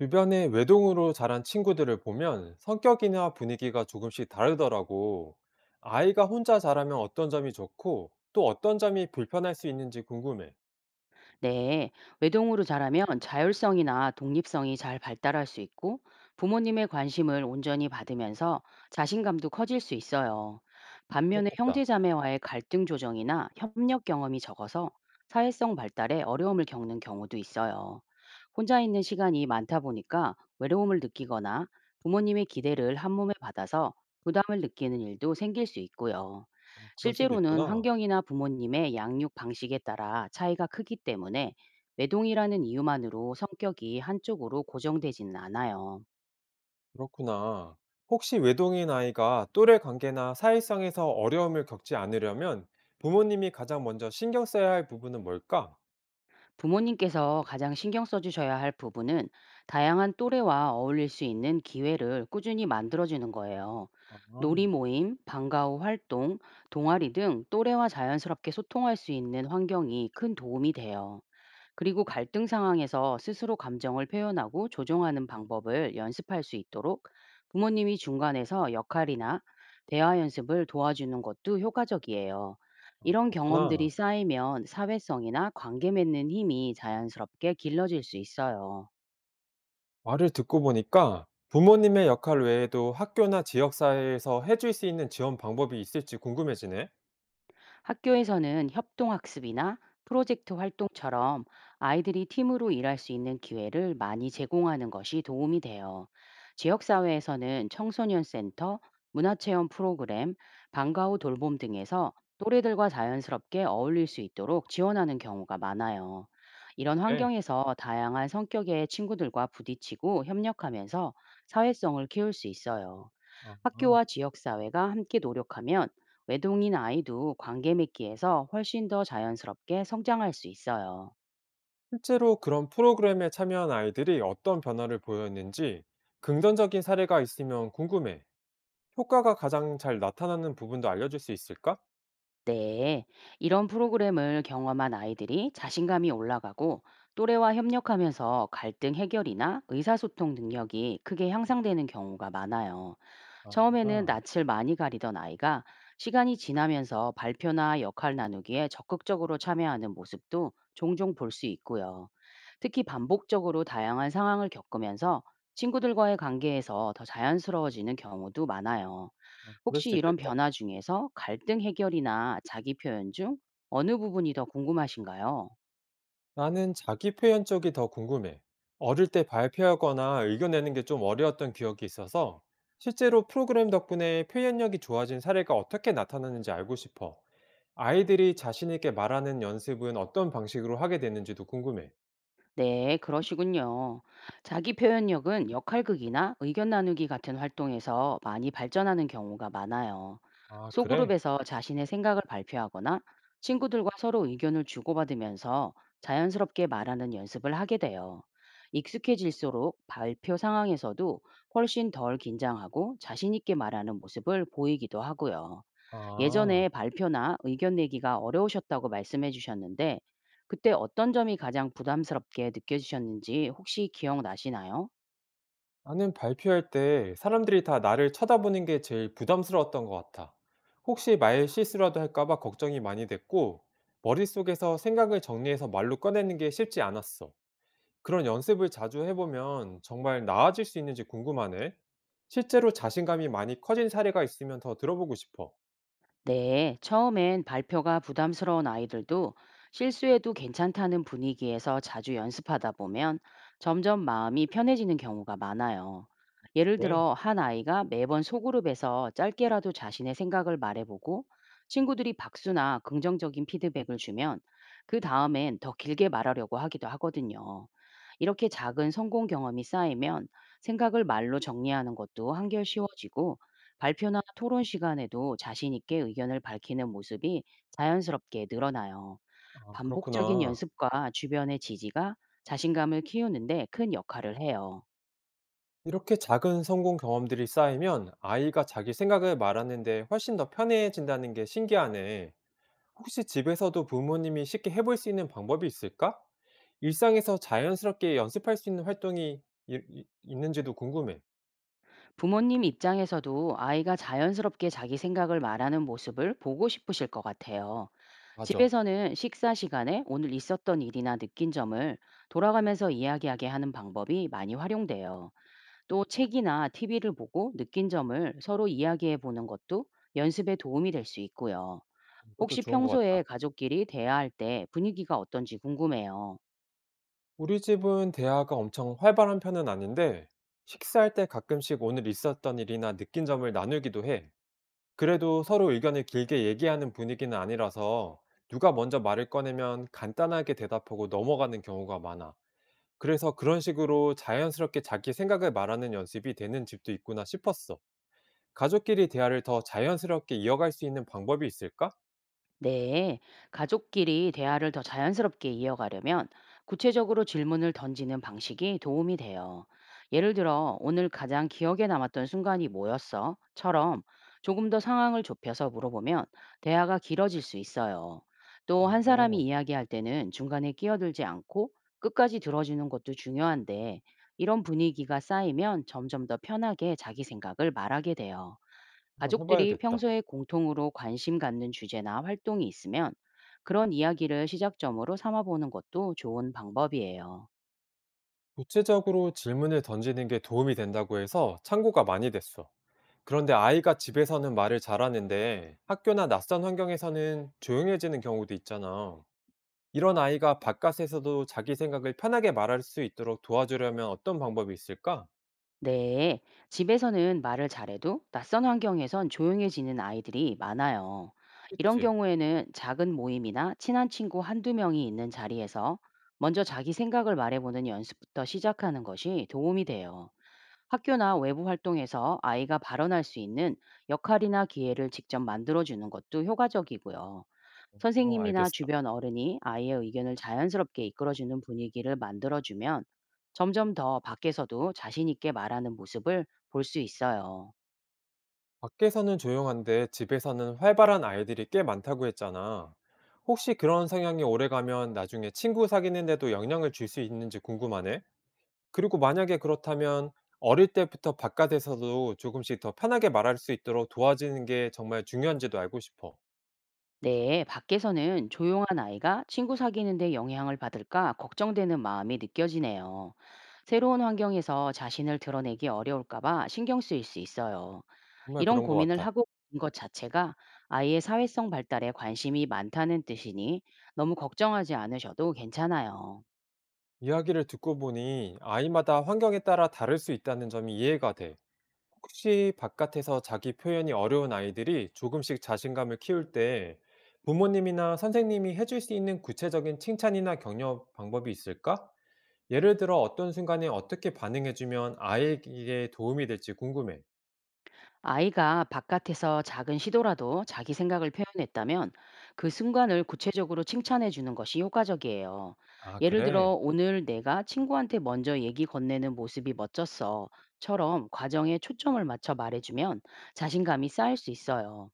주변에 외동으로 자란 친구들을 보면 성격이나 분위기가 조금씩 다르더라고. 아이가 혼자 자라면 어떤 점이 좋고 또 어떤 점이 불편할 수 있는지 궁금해. 네, 외동으로 자라면 자율성이나 독립성이 잘 발달할 수 있고 부모님의 관심을 온전히 받으면서 자신감도 커질 수 있어요. 아, 반면에 그렇겠다. 형제자매와의 갈등 조정이나 협력 경험이 적어서 사회성 발달에 어려움을 겪는 경우도 있어요. 혼자 있는 시간이 많다 보니까 외로움을 느끼거나 부모님의 기대를 한몸에 받아서 부담을 느끼는 일도 생길 수 있고요. 어, 그럴 수도 실제로는 있구나. 환경이나 부모님의 양육 방식에 따라 차이가 크기 때문에 외동이라는 이유만으로 성격이 한쪽으로 고정되지는 않아요. 그렇구나. 혹시 외동인 아이가 또래 관계나 사회성에서 어려움을 겪지 않으려면 부모님이 가장 먼저 신경 써야 할 부분은 뭘까? 부모님께서 가장 신경 써주셔야 할 부분은 다양한 또래와 어울릴 수 있는 기회를 꾸준히 만들어주는 거예요. 아, 아, 놀이 모임, 방과 후 활동, 동아리 등 또래와 자연스럽게 소통할 수 있는 환경이 큰 도움이 돼요. 그리고 갈등 상황에서 스스로 감정을 표현하고 조정하는 방법을 연습할 수 있도록 부모님이 중간에서 역할이나 대화 연습을 도와주는 것도 효과적이에요. 이런 경험들이 그렇구나. 쌓이면 사회성이나 관계 맺는 힘이 자연스럽게 길러질 수 있어요. 말을 듣고 보니까 부모님의 역할 외에도 학교나 지역사회에서 해줄 수 있는 지원 방법이 있을지 궁금해지네. 학교에서는 협동학습이나 프로젝트 활동처럼 아이들이 팀으로 일할 수 있는 기회를 많이 제공하는 것이 도움이 돼요. 지역사회에서는 청소년센터, 문화체험 프로그램, 방과 후 돌봄 등에서 또래들과 자연스럽게 어울릴 수 있도록 지원하는 경우가 많아요. 이런 네. 환경에서 다양한 성격의 친구들과 부딪히고 협력하면서 사회성을 키울 수 있어요. 아, 학교와 지역사회가 함께 노력하면 외동인 아이도 관계 맺기에서 훨씬 더 자연스럽게 성장할 수 있어요. 실제로 그런 프로그램에 참여한 아이들이 어떤 변화를 보였는지 긍정적인 사례가 있으면 궁금해. 효과가 가장 잘 나타나는 부분도 알려줄 수 있을까? 네, 이런 프로그램을 경험한 아이들이 자신감이 올라가고 또래와 협력하면서 갈등 해결이나 의사소통 능력이 크게 향상되는 경우가 많아요. 아, 처음에는 아. 낯을 많이 가리던 아이가 시간이 지나면서 발표나 역할 나누기에 적극적으로 참여하는 모습도 종종 볼 수 있고요. 특히 반복적으로 다양한 상황을 겪으면서 친구들과의 관계에서 더 자연스러워지는 경우도 많아요. 그럴 혹시 수 이런 있겠다. 변화 중에서 갈등 해결이나 자기 표현 중 어느 부분이 더 궁금하신가요? 나는 자기 표현 쪽이 더 궁금해. 어릴 때 발표하거나 의견 내는 게 좀 어려웠던 기억이 있어서 실제로 프로그램 덕분에 표현력이 좋아진 사례가 어떻게 나타나는지 알고 싶어. 아이들이 자신 있게 말하는 연습은 어떤 방식으로 하게 되는지도 궁금해. 네, 그러시군요. 자기 표현력은 역할극이나 의견 나누기 같은 활동에서 많이 발전하는 경우가 많아요. 아, 그래? 소그룹에서 자신의 생각을 발표하거나 친구들과 서로 의견을 주고받으면서 자연스럽게 말하는 연습을 하게 돼요. 익숙해질수록 발표 상황에서도 훨씬 덜 긴장하고 자신 있게 말하는 모습을 보이기도 하고요. 아, 예전에 발표나 의견 내기가 어려우셨다고 말씀해 주셨는데, 그때 어떤 점이 가장 부담스럽게 느껴지셨는지 혹시 기억나시나요? 나는 발표할 때 사람들이 다 나를 쳐다보는 게 제일 부담스러웠던 것 같아. 혹시 말 실수라도 할까 봐 걱정이 많이 됐고, 머릿속에서 생각을 정리해서 말로 꺼내는 게 쉽지 않았어. 그런 연습을 자주 해보면 정말 나아질 수 있는지 궁금하네. 실제로 자신감이 많이 커진 사례가 있으면 더 들어보고 싶어. 네, 처음엔 발표가 부담스러운 아이들도 실수해도 괜찮다는 분위기에서 자주 연습하다 보면 점점 마음이 편해지는 경우가 많아요. 예를 네. 들어, 한 아이가 매번 소그룹에서 짧게라도 자신의 생각을 말해보고 친구들이 박수나 긍정적인 피드백을 주면 그 다음엔 더 길게 말하려고 하기도 하거든요. 이렇게 작은 성공 경험이 쌓이면 생각을 말로 정리하는 것도 한결 쉬워지고 발표나 토론 시간에도 자신 있게 의견을 밝히는 모습이 자연스럽게 늘어나요. 아, 반복적인 그렇구나. 연습과 주변의 지지가 자신감을 키우는데 큰 역할을 해요. 이렇게 작은 성공 경험들이 쌓이면 아이가 자기 생각을 말하는데 훨씬 더 편해진다는 게 신기하네. 혹시 집에서도 부모님이 쉽게 해볼 수 있는 방법이 있을까? 일상에서 자연스럽게 연습할 수 있는 활동이 있는지도 궁금해. 부모님 입장에서도 아이가 자연스럽게 자기 생각을 말하는 모습을 보고 싶으실 것 같아요. 맞아. 집에서는 식사 시간에 오늘 있었던 일이나 느낀 점을 돌아가면서 이야기하게 하는 방법이 많이 활용돼요. 또 책이나 티비를 보고 느낀 점을 서로 이야기해 보는 것도 연습에 도움이 될 수 있고요. 이것도 혹시 좋은 것 평소에 같다. 가족끼리 대화할 때 분위기가 어떤지 궁금해요. 우리 집은 대화가 엄청 활발한 편은 아닌데, 식사할 때 가끔씩 오늘 있었던 일이나 느낀 점을 나누기도 해. 그래도 서로 의견을 길게 얘기하는 분위기는 아니라서, 누가 먼저 말을 꺼내면 간단하게 대답하고 넘어가는 경우가 많아. 그래서 그런 식으로 자연스럽게 자기 생각을 말하는 연습이 되는 집도 있구나 싶었어. 가족끼리 대화를 더 자연스럽게 이어갈 수 있는 방법이 있을까? 네, 가족끼리 대화를 더 자연스럽게 이어가려면 구체적으로 질문을 던지는 방식이 도움이 돼요. 예를 들어, 오늘 가장 기억에 남았던 순간이 뭐였어? 처럼 조금 더 상황을 좁혀서 물어보면 대화가 길어질 수 있어요. 또 한 사람이 어, 이야기할 때는 중간에 끼어들지 않고 끝까지 들어주는 것도 중요한데, 이런 분위기가 쌓이면 점점 더 편하게 자기 생각을 말하게 돼요. 한번 가족들이 해봐야겠다. 평소에 공통으로 관심 갖는 주제나 활동이 있으면 그런 이야기를 시작점으로 삼아보는 것도 좋은 방법이에요. 구체적으로 질문을 던지는 게 도움이 된다고 해서 참고가 많이 됐어. 그런데 아이가 집에서는 말을 잘하는데 학교나 낯선 환경에서는 조용해지는 경우도 있잖아. 이런 아이가 바깥에서도 자기 생각을 편하게 말할 수 있도록 도와주려면 어떤 방법이 있을까? 네, 집에서는 말을 잘해도 낯선 환경에선 조용해지는 아이들이 많아요. 이런 그치. 경우에는 작은 모임이나 친한 친구 한두 명이 있는 자리에서 먼저 자기 생각을 말해보는 연습부터 시작하는 것이 도움이 돼요. 학교나 외부 활동에서 아이가 발언할 수 있는 역할이나 기회를 직접 만들어주는 것도 효과적이고요. 어, 선생님이나 알겠어. 주변 어른이 아이의 의견을 자연스럽게 이끌어주는 분위기를 만들어주면 점점 더 밖에서도 자신 있게 말하는 모습을 볼 수 있어요. 밖에서는 조용한데 집에서는 활발한 아이들이 꽤 많다고 했잖아. 혹시 그런 성향이 오래가면 나중에 친구 사귀는데도 영향을 줄 수 있는지 궁금하네? 그리고 만약에 그렇다면 어릴 때부터 바깥에서도 조금씩 더 편하게 말할 수 있도록 도와주는 게 정말 중요한지도 알고 싶어. 네, 밖에서는 조용한 아이가 친구 사귀는데 영향을 받을까 걱정되는 마음이 느껴지네요. 새로운 환경에서 자신을 드러내기 어려울까봐 신경 쓰일 수 있어요. 정말 이런 그런 것 고민을 같아. 하고 있는 것 자체가 아이의 사회성 발달에 관심이 많다는 뜻이니 너무 걱정하지 않으셔도 괜찮아요. 이야기를 듣고 보니 아이마다 환경에 따라 다를 수 있다는 점이 이해가 돼. 혹시 바깥에서 자기 표현이 어려운 아이들이 조금씩 자신감을 키울 때 부모님이나 선생님이 해줄 수 있는 구체적인 칭찬이나 격려 방법이 있을까? 예를 들어 어떤 순간에 어떻게 반응해주면 아이에게 도움이 될지 궁금해. 아이가 바깥에서 작은 시도라도 자기 생각을 표현했다면 그 순간을 구체적으로 칭찬해 주는 것이 효과적이에요. 아, 예를 들어, 그래? 오늘 내가 친구한테 먼저 얘기 건네는 모습이 멋졌어. 처럼 과정에 초점을 맞춰 말해주면 자신감이 쌓일 수 있어요.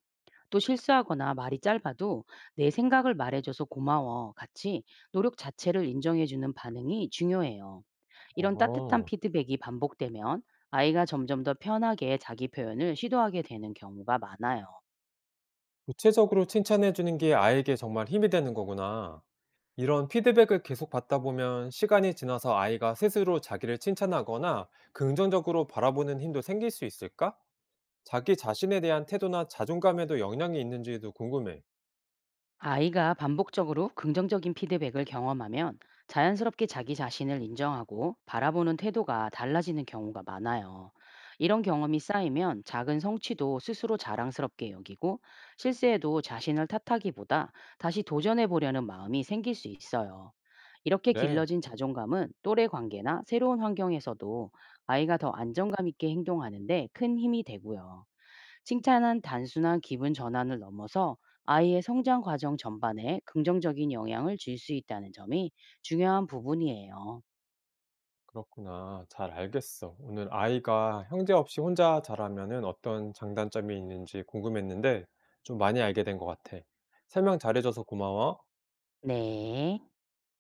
또 실수하거나 말이 짧아도 내 생각을 말해줘서 고마워. 같이 노력 자체를 인정해주는 반응이 중요해요. 이런 따뜻한 어. 피드백이 반복되면 아이가 점점 더 편하게 자기 표현을 시도하게 되는 경우가 많아요. 구체적으로 칭찬해 주는 게 아이에게 정말 힘이 되는 거구나. 이런 피드백을 계속 받다 보면 시간이 지나서 아이가 스스로 자기를 칭찬하거나 긍정적으로 바라보는 힘도 생길 수 있을까? 자기 자신에 대한 태도나 자존감에도 영향이 있는지도 궁금해. 아이가 반복적으로 긍정적인 피드백을 경험하면 자연스럽게 자기 자신을 인정하고 바라보는 태도가 달라지는 경우가 많아요. 이런 경험이 쌓이면 작은 성취도 스스로 자랑스럽게 여기고 실수에도 자신을 탓하기보다 다시 도전해 보려는 마음이 생길 수 있어요. 이렇게 그래, 길러진 자존감은 또래 관계나 새로운 환경에서도 아이가 더 안정감 있게 행동하는데 큰 힘이 되고요. 칭찬은 단순한 기분 전환을 넘어서 아이의 성장 과정 전반에 긍정적인 영향을 줄 수 있다는 점이 중요한 부분이에요. 그렇구나. 잘 알겠어. 오늘 아이가 형제 없이 혼자 자라면은 어떤 장단점이 있는지 궁금했는데 좀 많이 알게 된 것 같아. 설명 잘해줘서 고마워. 네.